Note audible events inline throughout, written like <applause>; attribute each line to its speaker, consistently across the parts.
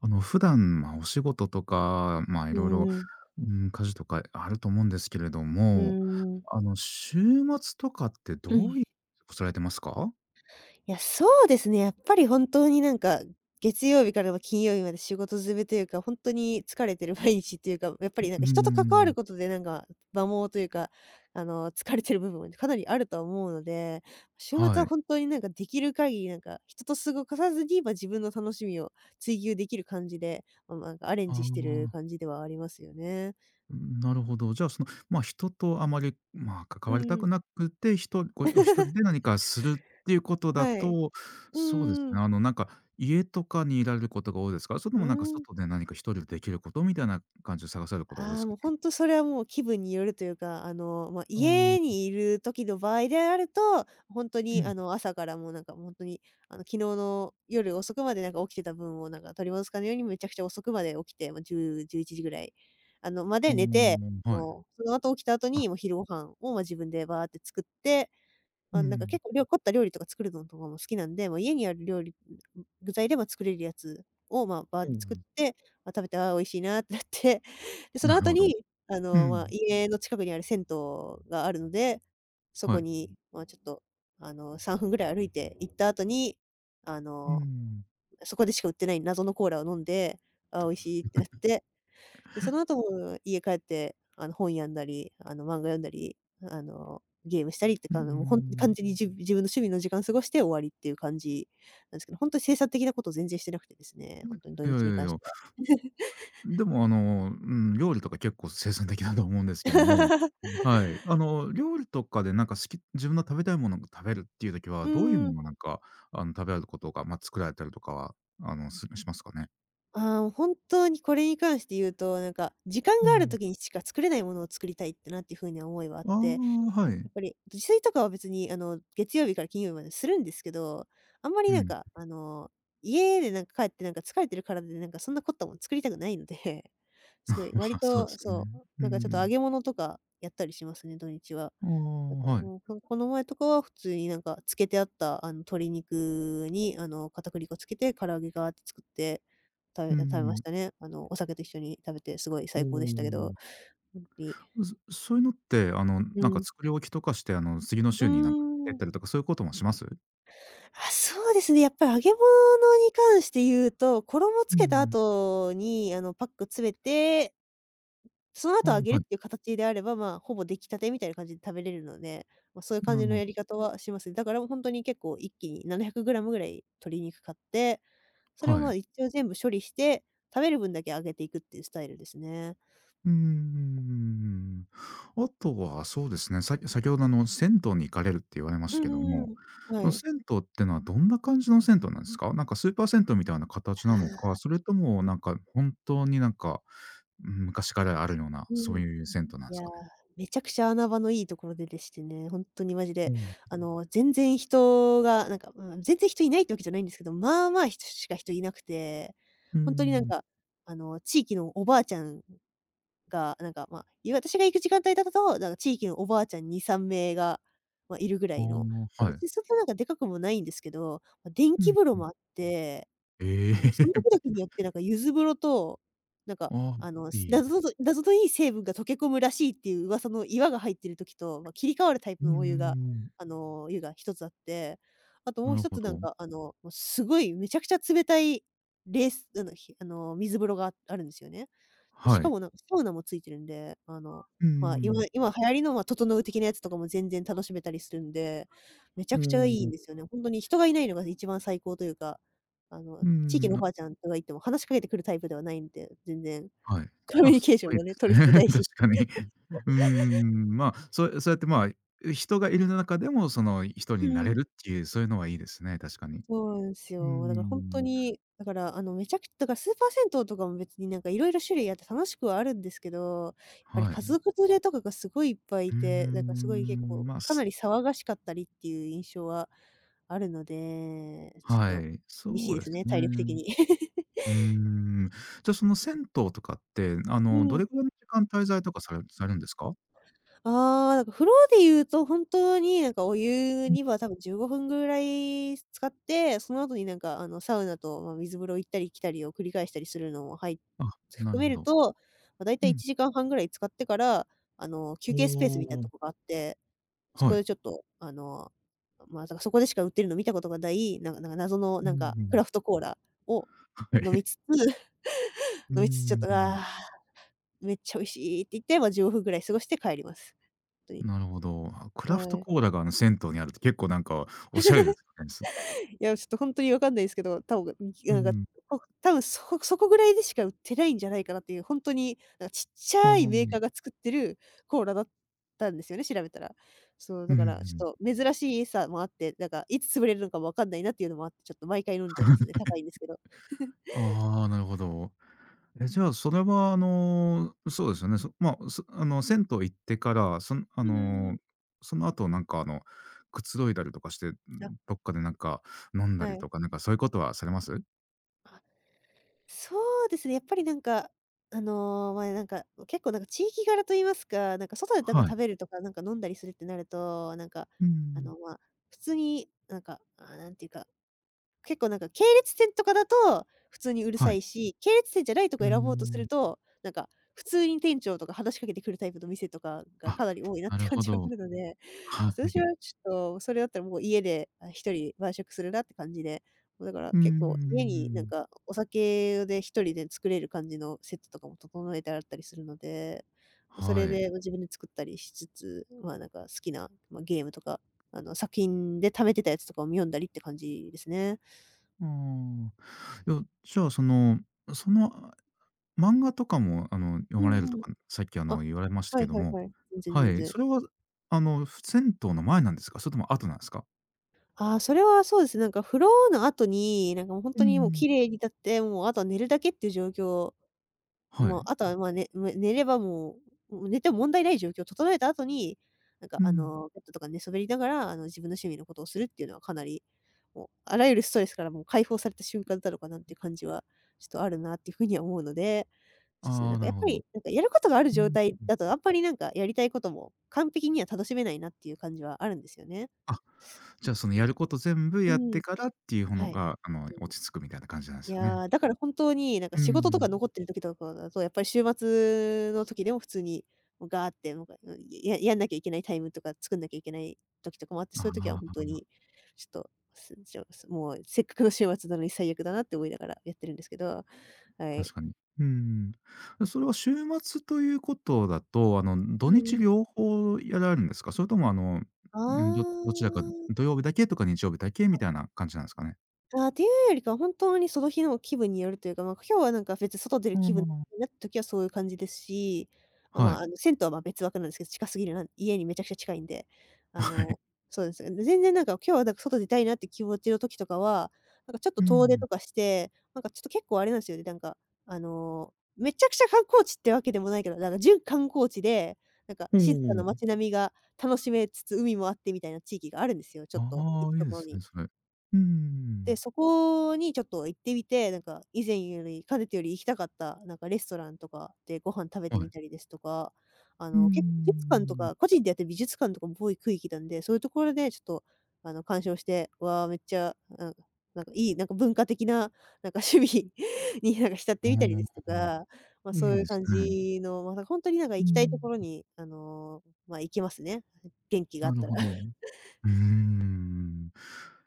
Speaker 1: 普段、まあ、お仕事とか、まあ、い
Speaker 2: う
Speaker 1: ろい
Speaker 2: ん
Speaker 1: ろ、
Speaker 2: うん。
Speaker 1: うん、家事とかあると思うんですけれど
Speaker 2: うー
Speaker 1: も、
Speaker 2: ん。
Speaker 1: 週末とかってど
Speaker 2: う
Speaker 1: う
Speaker 2: ん、
Speaker 1: いうこされてますか？
Speaker 2: いや、そうですね、やっぱり本当に月曜日からは金曜日まで仕事詰めというか、ほんとに疲れてる毎日っていうか、やっぱり
Speaker 1: うー
Speaker 2: 人と関わる
Speaker 1: ん、
Speaker 2: ことで摩耗というか、疲れてる部分はかなりあるとは思うので、週末
Speaker 1: は
Speaker 2: は
Speaker 1: い。
Speaker 2: 本当にできる限り人と過ごかさずに、ま、自分の楽しみを追求できる感じで、ま、アレン
Speaker 1: あ
Speaker 2: ジしてる
Speaker 1: あ、
Speaker 2: 感じではありますよね。
Speaker 1: なるほど。じゃあ、その、まあ、人とあまり、まあ、
Speaker 2: う
Speaker 1: 関わり
Speaker 2: ん
Speaker 1: た
Speaker 2: う
Speaker 1: く
Speaker 2: ん。
Speaker 1: なくて、ひとごお一人で何かするっていうことだ
Speaker 2: はい。
Speaker 1: と、
Speaker 2: うん
Speaker 1: そうです
Speaker 2: うんう
Speaker 1: ね、
Speaker 2: ん。
Speaker 1: なんか、家とかにいられることが多いですか？それと
Speaker 2: う
Speaker 1: もなんか
Speaker 2: ーん。
Speaker 1: 外で何か一人でできることみたいな感じで探されることが多いで
Speaker 2: あ
Speaker 1: す
Speaker 2: あ、
Speaker 1: か
Speaker 2: もう
Speaker 1: ね？
Speaker 2: 本当それはもう気分によるというか、まあ、
Speaker 1: あ
Speaker 2: 家
Speaker 1: あ、
Speaker 2: にいる時の場合であると、本当
Speaker 1: う
Speaker 2: に
Speaker 1: ん。
Speaker 2: 朝からもう本当に、昨日の夜遅くまで起きてた分を取り戻すかのようにめちゃくちゃ遅くまで起きて、まあ、10、11時ぐらい、ま
Speaker 1: う
Speaker 2: で
Speaker 1: ー
Speaker 2: 寝て、
Speaker 1: ん、はい。
Speaker 2: もその後起きた後
Speaker 1: あ、
Speaker 2: にもう昼ご飯を、ま、自分でバーって作って、
Speaker 1: う
Speaker 2: まあ、
Speaker 1: ん。
Speaker 2: 結構凝った料理とか作るのとかも好きなんで、まあ、家にある料理、具材で、も作れるやつを、ま、バーっ
Speaker 1: う
Speaker 2: て作っ
Speaker 1: ん、
Speaker 2: て、まあ、食べて、ああ、美味しいなってなって、で、その
Speaker 1: なる
Speaker 2: 後
Speaker 1: ほど。
Speaker 2: に、
Speaker 1: う
Speaker 2: まあ、
Speaker 1: ん。
Speaker 2: 家の近くにある銭湯があるので、そ
Speaker 1: は
Speaker 2: こ
Speaker 1: い。
Speaker 2: に、まあ、ちょっと、3分ぐらい歩いて行った後に、あ
Speaker 1: う
Speaker 2: の、
Speaker 1: ん。
Speaker 2: そこでしか売ってない謎のコーラを飲んで、あ、美味しいってなって、で、その後も家帰って、本読んだり、漫画読んだり、ゲームしたりって
Speaker 1: うー
Speaker 2: か、もう本当に
Speaker 1: ん。
Speaker 2: 完全に自分の趣味の時間過ごして終わりっていう感じなんですけど、本当に生産的なことを全然してなくてですね、本当に土
Speaker 1: いやい
Speaker 2: 日に
Speaker 1: やい
Speaker 2: 関し
Speaker 1: や、
Speaker 2: ては。
Speaker 1: でもうん、料理とか結構生産的だと思うんですけども、
Speaker 2: <laughs>
Speaker 1: はい。料理とかでなんか好き自分の食べたいものを食べるっていう時
Speaker 2: う
Speaker 1: は、どういうも
Speaker 2: ん。
Speaker 1: のなんか、食べられることが、ま、作られたりとかは、すしますかね？
Speaker 2: ああ、本当にこれに関して言うと、時間
Speaker 1: う
Speaker 2: がある
Speaker 1: ん。
Speaker 2: 時にしか作れないものを作りたいってなっていう風な思いはあっ
Speaker 1: ああ、
Speaker 2: て、
Speaker 1: はい。
Speaker 2: やっぱり自炊とかは別に、月曜日から金曜日までするんですけど、あんまり
Speaker 1: うん。
Speaker 2: 家で帰って疲れてる体でそんな凝ったもの作りたくないので、<laughs>
Speaker 1: <laughs>
Speaker 2: す
Speaker 1: ま
Speaker 2: ごい割
Speaker 1: あ、そうで
Speaker 2: と、
Speaker 1: すね。
Speaker 2: そう、
Speaker 1: う
Speaker 2: ちょっと揚
Speaker 1: ん。
Speaker 2: げ物とかやったりしますね、土日は。
Speaker 1: ああ、
Speaker 2: だから
Speaker 1: はい。
Speaker 2: もう、ここの前とかは普通に漬けてあった、鶏肉に、片栗粉つけて唐揚げガーって作って食
Speaker 1: う
Speaker 2: べ食べまし
Speaker 1: ん。
Speaker 2: たね。お酒と一緒に食べてすごい
Speaker 1: お
Speaker 2: 最高でしたけど、
Speaker 1: お。
Speaker 2: ほんとに。
Speaker 1: そういうのって、
Speaker 2: う
Speaker 1: なんか
Speaker 2: ん。
Speaker 1: 作り置きとかして、次の
Speaker 2: うー
Speaker 1: 週になんか持ってっ
Speaker 2: ん。
Speaker 1: たりとか、そういうこともします？
Speaker 2: あ、そうですね、やっぱり揚げ物に関して言うと、衣つ
Speaker 1: う
Speaker 2: けた
Speaker 1: ん。
Speaker 2: 後に、パック詰めてその
Speaker 1: あ、
Speaker 2: 後揚げる
Speaker 1: は
Speaker 2: っ
Speaker 1: い。
Speaker 2: ていう形であれば、まあ、ほぼ出来たてみたいな感じで食べれるので、まあ、そういう感
Speaker 1: な
Speaker 2: じ
Speaker 1: る
Speaker 2: の
Speaker 1: ほ
Speaker 2: や
Speaker 1: ど。
Speaker 2: り方はします。だから本当に結構一気に700グラムぐらい鶏肉買って、それを
Speaker 1: は
Speaker 2: ま
Speaker 1: い。
Speaker 2: あ一応全部処理して、食べる分だけ揚げていくっていうスタイルですね。
Speaker 1: うんん。あとはそうですね、先ほど銭湯に行かれるって言われま
Speaker 2: う
Speaker 1: した
Speaker 2: ん
Speaker 1: けど
Speaker 2: うん
Speaker 1: も、
Speaker 2: うん。
Speaker 1: そ
Speaker 2: は
Speaker 1: の
Speaker 2: い。
Speaker 1: 銭湯ってのはどんな感じの銭湯なんですか？なんかスーパー銭湯みたいな形なのか、それともなんか本当になんか、うん、昔からあるような、
Speaker 2: う
Speaker 1: そ
Speaker 2: ん。
Speaker 1: ういう銭湯なん
Speaker 2: い
Speaker 1: です
Speaker 2: やー、
Speaker 1: かね？
Speaker 2: めちゃくちゃ穴場のいいところででしてね、本当にマジ
Speaker 1: う
Speaker 2: で、
Speaker 1: ん。
Speaker 2: 全然人がうん、全然人いないってわけじゃないんですけど、まあまあ、人しか人いなくて、
Speaker 1: うー
Speaker 2: 本当に
Speaker 1: ん。
Speaker 2: 地域のおばあちゃんが、まあ、私が行く時間帯だと、地域のおばあちゃん2、3名が、ま、いるぐら
Speaker 1: あ
Speaker 2: いの、
Speaker 1: あ、
Speaker 2: ま、
Speaker 1: はい。
Speaker 2: 別にそんなでかくもないんですけど、ま、電
Speaker 1: う
Speaker 2: 気
Speaker 1: ん
Speaker 2: 風呂
Speaker 1: うん。
Speaker 2: もあって、
Speaker 1: え
Speaker 2: そ
Speaker 1: え。
Speaker 2: の時々によって柚子風呂と、なんか、
Speaker 1: ああ、いい
Speaker 2: 謎
Speaker 1: な。
Speaker 2: のいい成分が溶け込むらしいっていう噂の岩が入ってる時と、ま、切り替わるタイ
Speaker 1: う
Speaker 2: プ
Speaker 1: ん
Speaker 2: の
Speaker 1: う
Speaker 2: お
Speaker 1: ん
Speaker 2: 湯が、
Speaker 1: うん。
Speaker 2: 湯が1つあって、あとも
Speaker 1: な
Speaker 2: う
Speaker 1: る
Speaker 2: 一
Speaker 1: ほ
Speaker 2: つ
Speaker 1: ど。
Speaker 2: もうすごいめちゃくちゃ冷たい、れいすあの、ひあの、水風呂があるんですよね。で、し
Speaker 1: は
Speaker 2: か
Speaker 1: い。
Speaker 2: もサウナもついてるんで、
Speaker 1: うん
Speaker 2: まあ、
Speaker 1: うん。
Speaker 2: 今流行りの、ま、整う的なやつとかも全然楽しめたりするんで、めちゃ
Speaker 1: お
Speaker 2: くちゃいいんです
Speaker 1: お。
Speaker 2: よね。ほんとに人がいないのが一番最高というか、
Speaker 1: う
Speaker 2: 地域
Speaker 1: ん
Speaker 2: のお
Speaker 1: な
Speaker 2: ばあちゃんとか行っても話しかけてくるタイプではないんで、全然。
Speaker 1: はい。
Speaker 2: コミュ
Speaker 1: あ、
Speaker 2: ニ
Speaker 1: す
Speaker 2: ケーショ
Speaker 1: ご
Speaker 2: ン
Speaker 1: い
Speaker 2: も
Speaker 1: で
Speaker 2: ね、取る
Speaker 1: す
Speaker 2: 必要な
Speaker 1: ね。<laughs>
Speaker 2: い
Speaker 1: 確
Speaker 2: し。
Speaker 1: かに。<laughs> うん、まあ、そうやって、まあ、人がいる中でも、その、人
Speaker 2: う
Speaker 1: になれ
Speaker 2: ん、
Speaker 1: るっていう、そういうのはいいですね、確かに。
Speaker 2: そうなんです
Speaker 1: う
Speaker 2: よ。だから本当
Speaker 1: ん。
Speaker 2: に、だから、めちゃくちゃだからスーパー銭湯とかも別に色々種類あって楽しくはあるんですけど、やっぱり
Speaker 1: は
Speaker 2: 家
Speaker 1: い。
Speaker 2: 族連れとかがすごいいっぱいい
Speaker 1: う
Speaker 2: て、すごい結
Speaker 1: ん、
Speaker 2: 構
Speaker 1: まあ、
Speaker 2: かな
Speaker 1: す
Speaker 2: り騒がしかったりっていう印象はあるので、ちょっ
Speaker 1: は
Speaker 2: と
Speaker 1: い、
Speaker 2: 厳しい
Speaker 1: そう
Speaker 2: で
Speaker 1: で
Speaker 2: す
Speaker 1: す
Speaker 2: ね、体力的
Speaker 1: ね。
Speaker 2: に。<laughs>
Speaker 1: うん。じゃあ、その銭湯とかって、
Speaker 2: う
Speaker 1: ど
Speaker 2: ん。
Speaker 1: れぐらいの時間滞在とかされるんですか？
Speaker 2: ああ、風呂で言うと本当にお湯
Speaker 1: うん、
Speaker 2: には多分15分ぐらい使って、その後にサウナと、まあ、水風呂行ったり来たりを繰り返したりするのも
Speaker 1: あ、な
Speaker 2: 含
Speaker 1: る
Speaker 2: め
Speaker 1: ほ
Speaker 2: る
Speaker 1: ど。
Speaker 2: と、まあ、だいた
Speaker 1: う
Speaker 2: い
Speaker 1: ん。
Speaker 2: 1時間半ぐらい使ってから、休
Speaker 1: お
Speaker 2: 憩スペースみたいなと
Speaker 1: お。
Speaker 2: こがあって、そ
Speaker 1: は
Speaker 2: こ
Speaker 1: い。
Speaker 2: でちょっとまあ、だからそこでしか売ってるの見たことがない、なんか謎の
Speaker 1: うんう
Speaker 2: ク
Speaker 1: ん。
Speaker 2: ラフトコーラを
Speaker 1: <laughs> は
Speaker 2: 飲み
Speaker 1: い。
Speaker 2: つつ <laughs>
Speaker 1: うー
Speaker 2: 飲みつつちょっと、あ
Speaker 1: ん。
Speaker 2: あ、
Speaker 1: <laughs>
Speaker 2: めっちゃ美味しいって言って、まあ、15分ぐらい過ごして帰ります。本当に。
Speaker 1: なるほど。あ、クラフト
Speaker 2: はい。
Speaker 1: コーラが、銭湯にあるって結構なんかおしゃれですよね。す
Speaker 2: いや、ちょっと本当にわかんないですけど、多分、
Speaker 1: う
Speaker 2: なんか、
Speaker 1: ん。
Speaker 2: お多分そこそこぐらいでしか売ってないんじゃないかなっていう、本当に、ちっち
Speaker 1: ああ、
Speaker 2: ゃい
Speaker 1: う
Speaker 2: メーカ
Speaker 1: ん、
Speaker 2: ーが作ってるコーラだったんですよね、調べたら。そう、
Speaker 1: う
Speaker 2: だからち
Speaker 1: ん。
Speaker 2: ょっと珍しいさもあって、いつ潰れるのかもわかんないなっていうのもあって、ちょっと毎回飲んじゃいますね。高いんですけど。
Speaker 1: ああ、なるほど。え、じゃあ、それは、そうですよね。まあ、そあの、銭湯行ってから、
Speaker 2: うんうんうん。<laughs>
Speaker 1: その後なんか、くつろいだりとかして、ん、
Speaker 2: あ、
Speaker 1: どっかでなんか飲んだ
Speaker 2: は
Speaker 1: り
Speaker 2: い。
Speaker 1: とか、なんかそういうことはされます？
Speaker 2: そうですね、やっぱりまあ、結構地域柄と言いますか、外で
Speaker 1: はい。
Speaker 2: 食べるとか、飲んだりするってなると、
Speaker 1: うん。
Speaker 2: まあ、普通にあ、なんていうか結構系列店とかだと普通にうる
Speaker 1: は
Speaker 2: さ
Speaker 1: い。
Speaker 2: いし、系列店じゃないと
Speaker 1: う
Speaker 2: こ
Speaker 1: ー
Speaker 2: 選ぼうとする
Speaker 1: ん。
Speaker 2: と、普通に店長とか話しかけてくるタイプの店とかが
Speaker 1: あ、
Speaker 2: かなり多いなっ
Speaker 1: な
Speaker 2: て
Speaker 1: る
Speaker 2: 感
Speaker 1: ほ
Speaker 2: じはあ
Speaker 1: ど。
Speaker 2: るので、
Speaker 1: は
Speaker 2: ちょっと私は
Speaker 1: い。
Speaker 2: ちょっとそれだったらもう家で、あ、人晩酌するなって感じで、もうだから
Speaker 1: うー
Speaker 2: 結構家に
Speaker 1: ん。
Speaker 2: お酒で一人で作れる感じのセットとかも整えてあったりするので、もうそ
Speaker 1: は
Speaker 2: れ
Speaker 1: い。
Speaker 2: で、ま、自分で作ったりしつつ、まあ、好きな、まあ、ゲームとか、作品で貯めてたやつとかを読んだりって感じですね。
Speaker 1: ああ。いや、じゃあ、その、その、漫画とかも、読
Speaker 2: う
Speaker 1: まれる
Speaker 2: ん
Speaker 1: と
Speaker 2: うん。
Speaker 1: か、さっき、
Speaker 2: あ、
Speaker 1: 言われました
Speaker 2: は
Speaker 1: け
Speaker 2: い
Speaker 1: ど
Speaker 2: はい
Speaker 1: も、
Speaker 2: はい。全然
Speaker 1: は
Speaker 2: 全
Speaker 1: い、
Speaker 2: 然。
Speaker 1: それは、戦銭湯の前なんですか？それとも後なんですか？
Speaker 2: それはそうですね。風呂の後に、もうほん
Speaker 1: う
Speaker 2: とにもう
Speaker 1: ん。
Speaker 2: 綺麗に立って、もうあとは寝るだけっていう状況、
Speaker 1: は
Speaker 2: も
Speaker 1: い。
Speaker 2: うあとはまあ、寝ればもう寝ても問題ない状況を整えた後に、
Speaker 1: うん。
Speaker 2: ベッドとか寝そべりながら、自分の趣味のことをするっていうのはかなり、もうあらゆるストレスからもう解放された瞬間だろうかなっていう感じは、ちょっとあるなっていう風には思うので、そして
Speaker 1: ああ、な
Speaker 2: や
Speaker 1: る
Speaker 2: っ
Speaker 1: ほ
Speaker 2: ぱ
Speaker 1: ど。
Speaker 2: り、やることがある
Speaker 1: う
Speaker 2: 状
Speaker 1: ん。
Speaker 2: 態だと、あんまりやりたいことも完璧には楽しめないなっていう感じはあるんですよね。
Speaker 1: あ、じゃあ、その、やること全部
Speaker 2: う
Speaker 1: やって
Speaker 2: ん、
Speaker 1: からっていうほ
Speaker 2: は
Speaker 1: の
Speaker 2: い。
Speaker 1: が、
Speaker 2: うん、
Speaker 1: 落ち着くみたいな感じなんです
Speaker 2: い
Speaker 1: よね。
Speaker 2: や、だから本当に
Speaker 1: う
Speaker 2: 仕事と
Speaker 1: ん。
Speaker 2: か残ってる時とかだと、やっぱり週末の時でも普通に、もうガーって、やんなきゃいけないタイムとか作んなきゃいけない時とかもあって、そういう
Speaker 1: あ
Speaker 2: 時は本当
Speaker 1: あ。
Speaker 2: にちょっと、すちょすもうせっかくの週末なのに最悪だなって思いながらやってるんですけど、はい。
Speaker 1: 確かに。うん。それは週末ということだと、
Speaker 2: う
Speaker 1: 土
Speaker 2: ん
Speaker 1: 日
Speaker 2: うん。
Speaker 1: 両方やられるんですか？それともん、ど
Speaker 2: あ
Speaker 1: どちらか
Speaker 2: あ。
Speaker 1: 土曜日だけとか日曜日だけみたいな感じなんですかね？
Speaker 2: ああ、っていうよりかは本当にその日の気分によるというか、まあ、今日は別に外出る
Speaker 1: う
Speaker 2: 気分
Speaker 1: ん。
Speaker 2: になった時はそういう感じですし、まあ、ま
Speaker 1: は
Speaker 2: あ、
Speaker 1: い。
Speaker 2: あの、銭湯はま、別枠なんですけど、近すぎるな家にめちゃくちゃ近いんで、
Speaker 1: <laughs>
Speaker 2: あ
Speaker 1: はい。
Speaker 2: の、そうですね。で、全然今日は外出たいなって気持ちの時とかは、ちょっと
Speaker 1: う
Speaker 2: 遠出
Speaker 1: ん。
Speaker 2: とかして、なんかちょっと結構あれなんですよね。めちゃくちゃ観光地ってわけでもないけど、なんか準観光地で、なんか
Speaker 1: お
Speaker 2: 静かな
Speaker 1: お。
Speaker 2: 街並みが楽しめつつ、海もあってみたいな地域があるんですよ、ちょっと行
Speaker 1: あ
Speaker 2: く
Speaker 1: あ、いい
Speaker 2: と
Speaker 1: で
Speaker 2: ころ
Speaker 1: す
Speaker 2: に。
Speaker 1: ね、それ。う
Speaker 2: で、
Speaker 1: ん。
Speaker 2: そこにちょっと行ってみて、以前よりかねてより行きたかった、なんかレストランとかでご飯食べて
Speaker 1: は
Speaker 2: み
Speaker 1: い。
Speaker 2: たりですとか、
Speaker 1: うー
Speaker 2: 結構美術館と
Speaker 1: ん。
Speaker 2: か、個人でやってる美術館とかも多い区域なんで、そういうところでちょっと、鑑賞して、わあ、めっちゃ、なんかいい、なんか文化的な、なんか趣味 <laughs> に浸ってみたりですと
Speaker 1: ああ、
Speaker 2: か、ま、
Speaker 1: い
Speaker 2: そ
Speaker 1: い
Speaker 2: うい
Speaker 1: で
Speaker 2: う
Speaker 1: す
Speaker 2: 感
Speaker 1: ね。
Speaker 2: じの、ま、本当に
Speaker 1: う
Speaker 2: 行きたいと
Speaker 1: ん。
Speaker 2: ころに、ま、行きますね、元気があ
Speaker 1: な
Speaker 2: っ
Speaker 1: る
Speaker 2: たら。
Speaker 1: ほど。うーん。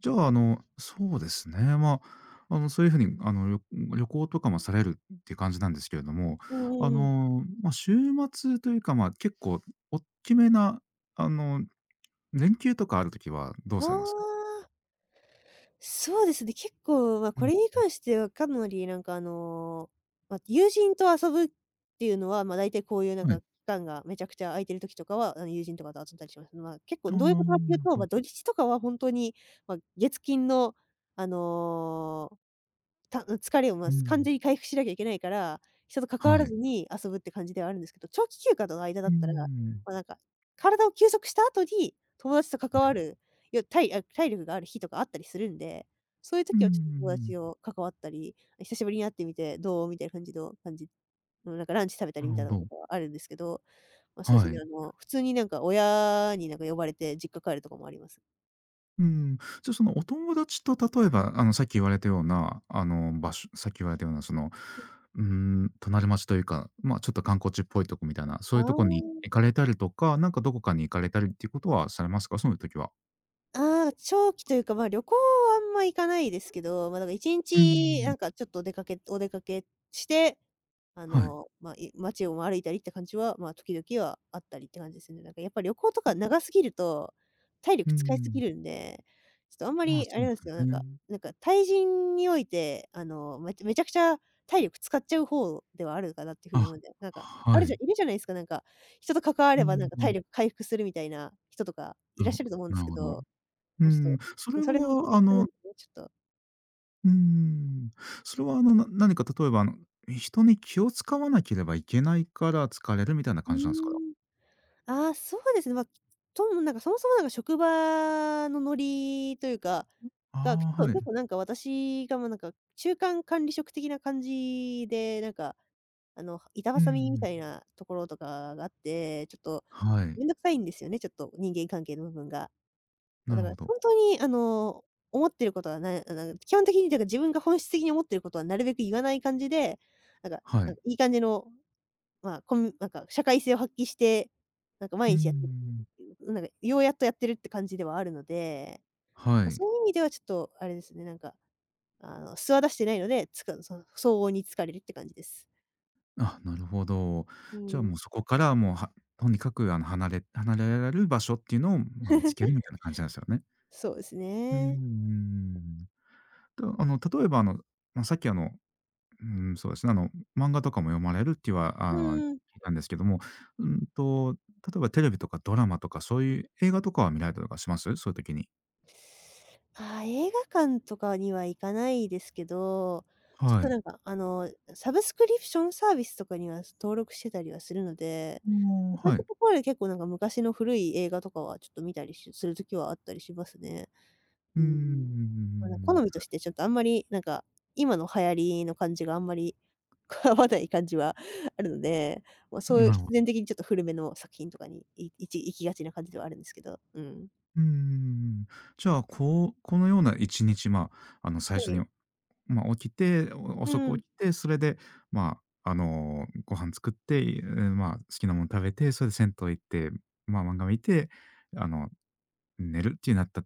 Speaker 1: じゃあ、そうですね、まあ、そういう風に、旅行とかもされるっていう感じなんですけれども、
Speaker 2: うんうんうん。
Speaker 1: まあ、週末というか、ま、結構おっきめな、あの、連休とかあるときはどう
Speaker 2: あ
Speaker 1: されます？
Speaker 2: あ。そうですね、結構、まあ、
Speaker 1: う
Speaker 2: こ
Speaker 1: ん、
Speaker 2: れに関してはかなりまあ、友人と遊ぶっていうのは、まあ、大体こういう
Speaker 1: はい。
Speaker 2: 期間がめちゃくちゃ空いてる時とかは、友人とかと遊んだりします。まあ、結構
Speaker 1: あ
Speaker 2: ど
Speaker 1: あ、
Speaker 2: ういうことかって
Speaker 1: な
Speaker 2: いう
Speaker 1: る
Speaker 2: と、
Speaker 1: ほ
Speaker 2: まあ、
Speaker 1: ど。
Speaker 2: 土日とかは本当に、まあ、月金のあのーた <laughs> 疲れを、まあ、
Speaker 1: う
Speaker 2: 完全
Speaker 1: ん。
Speaker 2: に回復しなきゃいけないから、人と関わ
Speaker 1: は
Speaker 2: ら
Speaker 1: い。
Speaker 2: ずに遊ぶって感じではあるんですけど、長期休暇との間だ
Speaker 1: うー
Speaker 2: ったら、ま
Speaker 1: ん。
Speaker 2: あ、なんか、体を休息した後に友達と関
Speaker 1: は
Speaker 2: わ
Speaker 1: い。
Speaker 2: る、よ体あ、体力がある日とかあったりするんで、そういう
Speaker 1: うう
Speaker 2: 時
Speaker 1: ん
Speaker 2: は
Speaker 1: う
Speaker 2: ちょっと友
Speaker 1: ん。
Speaker 2: 達を関わったり、久しぶりに会ってみてどう？みたいな感じの感じ、うん、なんかランチ食べたり
Speaker 1: なる
Speaker 2: み
Speaker 1: ほ
Speaker 2: たいなこ
Speaker 1: ど。
Speaker 2: とはあるんですけど、まあ、そうです
Speaker 1: は
Speaker 2: ね、
Speaker 1: い。
Speaker 2: 普通に親に呼ばれて実家帰るとかもあります。
Speaker 1: うん。じゃあ、そのお友達と例えば、さっき言われたような、さっき言われたような、その、うーん、隣町というか、まあ、ちょっと観光地っぽいとこみたいな、そ
Speaker 2: あ
Speaker 1: ういうとこに行
Speaker 2: あ。
Speaker 1: かれたりとか、なんかどこかに行かれたりっていうことはされますか？そういう時は。
Speaker 2: ああ、長期というか、まあ、旅行はあんま行かないですけど、まあ、だから1
Speaker 1: うー
Speaker 2: 日
Speaker 1: ん。
Speaker 2: ちょっと出かけお出かけして、
Speaker 1: はい。
Speaker 2: まあ、街を歩いたりって感じは、まあ、時々はあったりって感じですね。やっぱ旅行とか長すぎると、体
Speaker 1: うー
Speaker 2: 力使いすぎ
Speaker 1: ん。
Speaker 2: るんで、ちょっとあんま
Speaker 1: まあ、
Speaker 2: りあ
Speaker 1: そ
Speaker 2: れ
Speaker 1: うで
Speaker 2: なんですよ。
Speaker 1: す
Speaker 2: なんか
Speaker 1: ね。
Speaker 2: なんか対人において、めちゃくちゃ体力使っちゃう方ではあるかなっていう風に
Speaker 1: あ、
Speaker 2: 思うんだよ。なんか、あ
Speaker 1: は
Speaker 2: るじゃ
Speaker 1: い。
Speaker 2: いるじゃないですか、なんか、人と関わ
Speaker 1: う
Speaker 2: ればなん
Speaker 1: ー
Speaker 2: か
Speaker 1: ん。
Speaker 2: 体力回復するみたいな人とかい
Speaker 1: な
Speaker 2: ら
Speaker 1: る
Speaker 2: っ
Speaker 1: ほ
Speaker 2: しゃると思うん
Speaker 1: な
Speaker 2: です
Speaker 1: る
Speaker 2: け
Speaker 1: ほど。う
Speaker 2: ど、
Speaker 1: ー
Speaker 2: もうちょっと、も
Speaker 1: ん。そ
Speaker 2: う
Speaker 1: れ
Speaker 2: それも
Speaker 1: は、
Speaker 2: 対極なんですね、ちょっと。
Speaker 1: うーん。それは何か例えば、人に気を使わなければいけないから疲れるみたいな
Speaker 2: うー
Speaker 1: 感じなんですか？
Speaker 2: ん。ああ、そうですね、ま、そもそも職場のノリというか、が結
Speaker 1: ああ、
Speaker 2: 構
Speaker 1: はい。
Speaker 2: 結構なんか私がもうなんか中間管理職的な感じで、なんか、板
Speaker 1: う
Speaker 2: 挟みみ
Speaker 1: ん。
Speaker 2: たいなところとかがあって、ちょっと
Speaker 1: はい。
Speaker 2: めんどくさいんですよね、ちょっと人間関係の部分が。ま、
Speaker 1: な
Speaker 2: だ
Speaker 1: る
Speaker 2: から
Speaker 1: ほど。
Speaker 2: 本当に思ってることはな基本的に自分が本質的に思ってることはなるべく言わない感じで、なんか
Speaker 1: は
Speaker 2: なん
Speaker 1: い。
Speaker 2: かいい感じの、まあ、なんか社会性を発揮して、
Speaker 1: うー
Speaker 2: 毎日やって、
Speaker 1: ん。
Speaker 2: ようやっとやってるって感じではあるので、
Speaker 1: は
Speaker 2: ま、
Speaker 1: い。
Speaker 2: そういう意味ではちょっとあれですね。素は出してないので、その、相応に疲れるって感じです。
Speaker 1: あ、なるほど。
Speaker 2: う
Speaker 1: じゃあ
Speaker 2: ん。
Speaker 1: もうそこからもう、とにかく離れられる場所っていうのを、まあ、見つける
Speaker 2: <laughs>
Speaker 1: みたいな感じなんですよね。
Speaker 2: そうです
Speaker 1: うん
Speaker 2: ね。
Speaker 1: んと、例えばまあ、さっきうん、そうですね。漫画とかも読まれるって
Speaker 2: う
Speaker 1: は、あー聞い
Speaker 2: んうん。
Speaker 1: たんですけども、うんと、例えばテレビとかドラマとか、そういう映画とかは見られたりとかします？そういう時に。
Speaker 2: あー映画館とかには行かないですけど、ちょっ
Speaker 1: は
Speaker 2: と
Speaker 1: い。
Speaker 2: なんか、サブスクリプションサービスとかには、登録してたりはするので、
Speaker 1: あ、
Speaker 2: まそういっ
Speaker 1: は
Speaker 2: た
Speaker 1: い。
Speaker 2: ところで結構なんか昔の古い映画とかはちょっと見たりしする時はあったりしますね。
Speaker 1: う
Speaker 2: う
Speaker 1: ん
Speaker 2: ん。
Speaker 1: ん。
Speaker 2: ま、なんか好みとしてちょっとあんまり、なんか、今の流行りの感じがあんまり <laughs> 合わない感じはあるので、まあ、そういう
Speaker 1: なるほ
Speaker 2: 必然的にちょっと古めの作品とかに、いいち行きがちな感じではあるんですけど、うん。
Speaker 1: ど。うんん。じゃあ、このような1日、まあ、最
Speaker 2: は
Speaker 1: 初に、
Speaker 2: い。
Speaker 1: まあ、起きて、お
Speaker 2: う
Speaker 1: 遅く
Speaker 2: ん。
Speaker 1: 起きて、それで、まあ、ご飯作って、まあ、好きなもの食べて、それで銭湯行って、まあ、漫画見て、あの、寝るっていうなった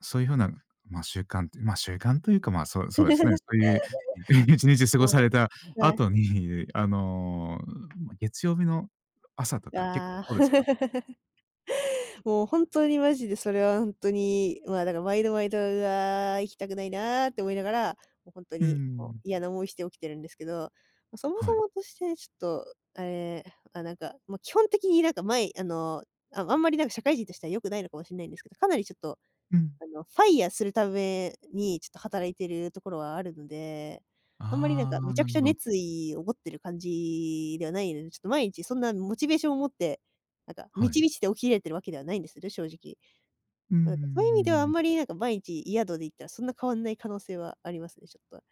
Speaker 1: そういうふうな、まあ、習慣ってまあ、習慣というか、まあ、そうですね、そ
Speaker 2: <laughs>
Speaker 1: ういう <laughs> 一日過ごさ
Speaker 2: も
Speaker 1: れた
Speaker 2: う。はい。
Speaker 1: 後に、ま、月曜日の朝とか、結
Speaker 2: ああ、
Speaker 1: 構どうですか？
Speaker 2: <laughs> もう本当にマジでそれは本当に、だから毎度毎度、「うわー、行きたくないな」って思いながら、もう本当
Speaker 1: う
Speaker 2: に、もう
Speaker 1: ん。
Speaker 2: 嫌な思いして起きてるんですけど、ま、そも
Speaker 1: は
Speaker 2: そ
Speaker 1: い。
Speaker 2: もとしてちょっと、あれ、まあ、基本的になんか前あの、ああんまりなんか社会人としては良くないのかもしれないんですけど、かなりちょっと
Speaker 1: うん。
Speaker 2: ファイヤーするためにちょっと働いてるところはあるので、あんまり
Speaker 1: あ
Speaker 2: め
Speaker 1: あ、
Speaker 2: ちゃ
Speaker 1: な
Speaker 2: く
Speaker 1: る
Speaker 2: ちゃ
Speaker 1: ほど。
Speaker 2: 熱意を持ってる感じではないので、ちょっと毎日そんなモチベーションを持って、満
Speaker 1: は
Speaker 2: ち
Speaker 1: い。
Speaker 2: 満ちて起きれてるわけではないんですよね、正直。
Speaker 1: うん
Speaker 2: ま、そういう意味
Speaker 1: ん。
Speaker 2: ではあんまりなんか毎日宿で行ったらそんな変わんない可能性はありますね、ちょっと。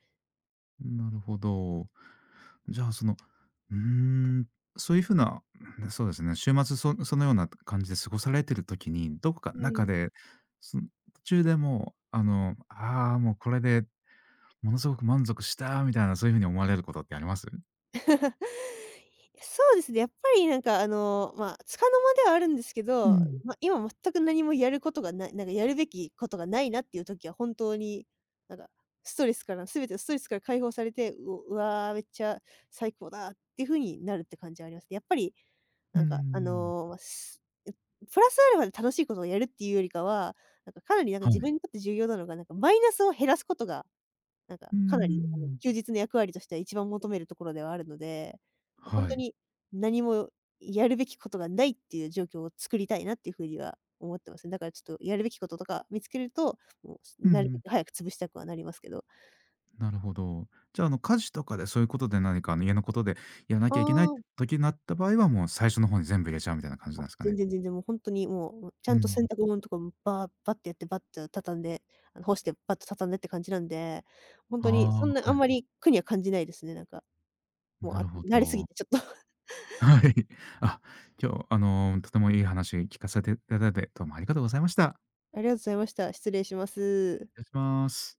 Speaker 1: なるほど。じゃあ、その、うーん、そういうふうな、ねそうですね、週末そのような感じで過ごされてる時に、どこか
Speaker 2: う
Speaker 1: 中
Speaker 2: ん。
Speaker 1: で、その途中でもう、ああ、もうこれでものすごく満足したみたいな、そういう風に思われることってあります？
Speaker 2: <laughs> そうですね、やっぱりまあ、つかの間ではあるんですけ
Speaker 1: う
Speaker 2: ど、
Speaker 1: ん、
Speaker 2: まあ、今全く何もやることがない、なんかやるべきことがないなっていう時は本当に、なんかストレスから全てのストレスから解放されて、うわー、めっちゃ最高だ」っていう風になるって感じはありますね。やっぱり
Speaker 1: うーん。
Speaker 2: ま、プラスアルファで楽しいことをやるっていうよりかは、かなり
Speaker 1: は
Speaker 2: 自分に
Speaker 1: い。
Speaker 2: とって重要なのが、マイナスを減らすことが
Speaker 1: うー
Speaker 2: かなり、
Speaker 1: ん。
Speaker 2: 休日の役割としては一番求めるところではあるので、ほん
Speaker 1: は
Speaker 2: と
Speaker 1: い。
Speaker 2: に何もやるべきことがないっていう状況を作りたいなっていう風には思ってますね。だからちょっとやるべきこととか見つけると、もう、す
Speaker 1: う
Speaker 2: なるべく
Speaker 1: ん。
Speaker 2: 早く潰したくはなりますけど。
Speaker 1: なるほど。じゃあ、家事とかでそういうことで何か、家のことでやらな
Speaker 2: あ
Speaker 1: きゃいけない
Speaker 2: あ、
Speaker 1: 時になった場合は、もう最初の方に全部入れちゃうみたいな感じ
Speaker 2: あ、
Speaker 1: なんですか
Speaker 2: 全
Speaker 1: ね？
Speaker 2: 然全然もうほんとにもう、ち
Speaker 1: う
Speaker 2: ゃんと洗
Speaker 1: ん。
Speaker 2: 濯物とかもバッてやって、バッと畳んで、干してバッと畳んでって感じなんで、ほんとに
Speaker 1: あ
Speaker 2: そんな
Speaker 1: あ、
Speaker 2: あ
Speaker 1: は
Speaker 2: ん
Speaker 1: い。
Speaker 2: まり苦には感じないですね、なんか。もう、
Speaker 1: な
Speaker 2: あ、
Speaker 1: るほ
Speaker 2: 慣れすぎ
Speaker 1: ど。
Speaker 2: てちょっと。<laughs>
Speaker 1: はい。あ、今日、とてもいい話聞かせていただいて、どうもありがとうございました。
Speaker 2: ありがとうございました。失礼します。
Speaker 1: 失礼します。